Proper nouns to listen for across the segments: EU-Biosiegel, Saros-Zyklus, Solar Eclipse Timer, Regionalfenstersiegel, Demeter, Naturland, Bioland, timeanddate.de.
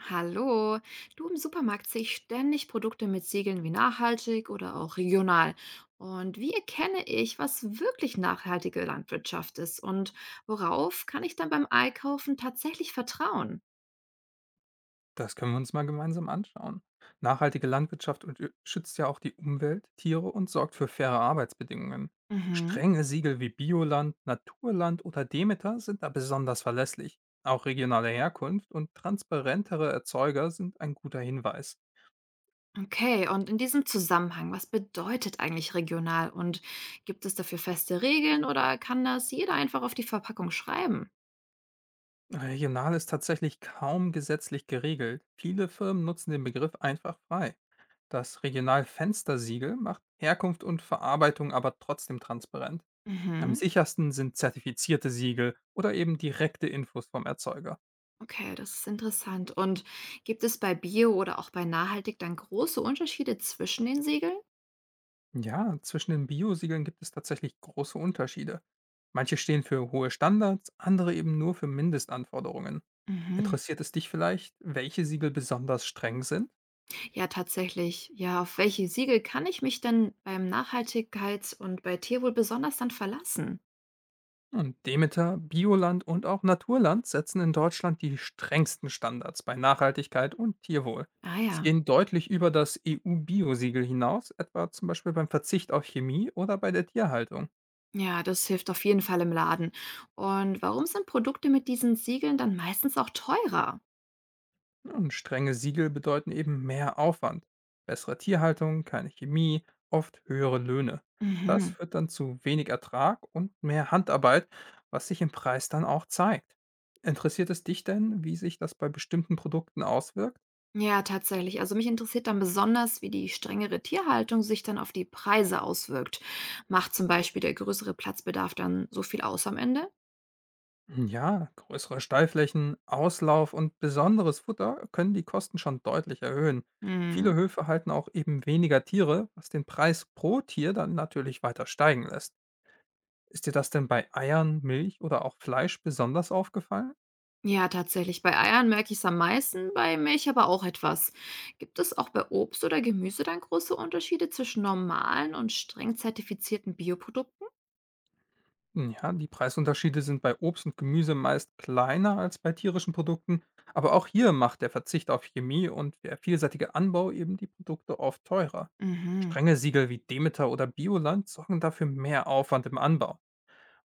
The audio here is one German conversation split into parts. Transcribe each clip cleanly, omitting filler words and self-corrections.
Hallo, du im Supermarkt sehe ich ständig Produkte mit Siegeln wie nachhaltig oder auch regional. Und wie erkenne ich, was wirklich nachhaltige Landwirtschaft ist und worauf kann ich dann beim Einkaufen tatsächlich vertrauen? Das können wir uns mal gemeinsam anschauen. Nachhaltige Landwirtschaft schützt ja auch die Umwelt, Tiere und sorgt für faire Arbeitsbedingungen. Mhm. Strenge Siegel wie Bioland, Naturland oder Demeter sind da besonders verlässlich. Auch regionale Herkunft und transparentere Erzeuger sind ein guter Hinweis. Okay, und in diesem Zusammenhang, was bedeutet eigentlich regional und gibt es dafür feste Regeln oder kann das jeder einfach auf die Verpackung schreiben? Regional ist tatsächlich kaum gesetzlich geregelt. Viele Firmen nutzen den Begriff einfach frei. Das Regionalfenstersiegel macht Herkunft und Verarbeitung aber trotzdem transparent. Am Mhm. sichersten sind zertifizierte Siegel oder eben direkte Infos vom Erzeuger. Okay, das ist interessant. Und gibt es bei Bio oder auch bei Nachhaltig dann große Unterschiede zwischen den Siegeln? Ja, zwischen den Bio-Siegeln gibt es tatsächlich große Unterschiede. Manche stehen für hohe Standards, andere eben nur für Mindestanforderungen. Mhm. Interessiert es dich vielleicht, welche Siegel besonders streng sind? Ja, tatsächlich. Ja, auf welche Siegel kann ich mich denn beim Nachhaltigkeits- und bei Tierwohl besonders dann verlassen? Und Demeter, Bioland und auch Naturland setzen in Deutschland die strengsten Standards bei Nachhaltigkeit und Tierwohl. Ah Sie ja. gehen deutlich über das EU-Biosiegel hinaus, etwa zum Beispiel beim Verzicht auf Chemie oder bei der Tierhaltung. Ja, das hilft auf jeden Fall im Laden. Und warum sind Produkte mit diesen Siegeln dann meistens auch teurer? Und strenge Siegel bedeuten eben mehr Aufwand, bessere Tierhaltung, keine Chemie, oft höhere Löhne. Das Mhm. führt dann zu wenig Ertrag und mehr Handarbeit, was sich im Preis dann auch zeigt. Interessiert es dich denn, wie sich das bei bestimmten Produkten auswirkt? Ja, tatsächlich. Also mich interessiert dann besonders, wie die strengere Tierhaltung sich dann auf die Preise auswirkt. Macht zum Beispiel der größere Platzbedarf dann so viel aus am Ende? Ja, größere Stallflächen, Auslauf und besonderes Futter können die Kosten schon deutlich erhöhen. Hm. Viele Höfe halten auch eben weniger Tiere, was den Preis pro Tier dann natürlich weiter steigen lässt. Ist dir das denn bei Eiern, Milch oder auch Fleisch besonders aufgefallen? Ja, tatsächlich. Bei Eiern merke ich es am meisten, bei Milch aber auch etwas. Gibt es auch bei Obst oder Gemüse dann große Unterschiede zwischen normalen und streng zertifizierten Bioprodukten? Ja, die Preisunterschiede sind bei Obst und Gemüse meist kleiner als bei tierischen Produkten, aber auch hier macht der Verzicht auf Chemie und der vielseitige Anbau eben die Produkte oft teurer. Mhm. Strenge Siegel wie Demeter oder Bioland sorgen dafür mehr Aufwand im Anbau.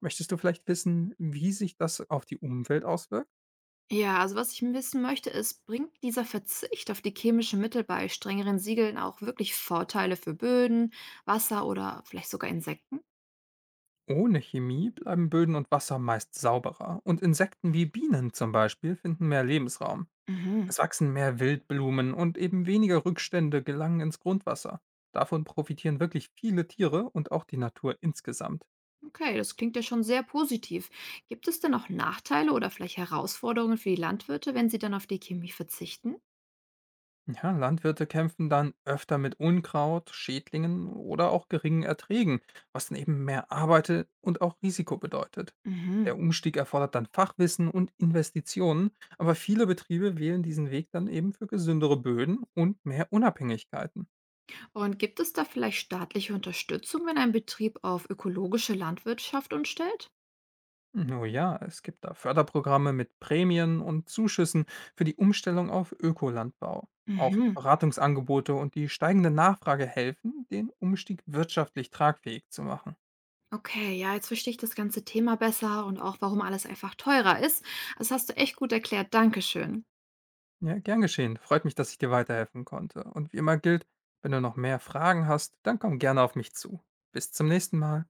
Möchtest du vielleicht wissen, wie sich das auf die Umwelt auswirkt? Ja, also was ich wissen möchte, ist, bringt dieser Verzicht auf die chemischen Mittel bei strengeren Siegeln auch wirklich Vorteile für Böden, Wasser oder vielleicht sogar Insekten? Ohne Chemie bleiben Böden und Wasser meist sauberer und Insekten wie Bienen zum Beispiel finden mehr Lebensraum. Mhm. Es wachsen mehr Wildblumen und eben weniger Rückstände gelangen ins Grundwasser. Davon profitieren wirklich viele Tiere und auch die Natur insgesamt. Okay, das klingt ja schon sehr positiv. Gibt es denn auch Nachteile oder vielleicht Herausforderungen für die Landwirte, wenn sie dann auf die Chemie verzichten? Ja, Landwirte kämpfen dann öfter mit Unkraut, Schädlingen oder auch geringen Erträgen, was dann eben mehr Arbeit und auch Risiko bedeutet. Mhm. Der Umstieg erfordert dann Fachwissen und Investitionen, aber viele Betriebe wählen diesen Weg dann eben für gesündere Böden und mehr Unabhängigkeiten. Und gibt es da vielleicht staatliche Unterstützung, wenn ein Betrieb auf ökologische Landwirtschaft umstellt? Oh ja, es gibt da Förderprogramme mit Prämien und Zuschüssen für die Umstellung auf Ökolandbau. Auch Mhm. Beratungsangebote und die steigende Nachfrage helfen, den Umstieg wirtschaftlich tragfähig zu machen. Okay, ja, jetzt verstehe ich das ganze Thema besser und auch, warum alles einfach teurer ist. Das hast du echt gut erklärt. Dankeschön. Ja, gern geschehen. Freut mich, dass ich dir weiterhelfen konnte. Und wie immer gilt, wenn du noch mehr Fragen hast, dann komm gerne auf mich zu. Bis zum nächsten Mal.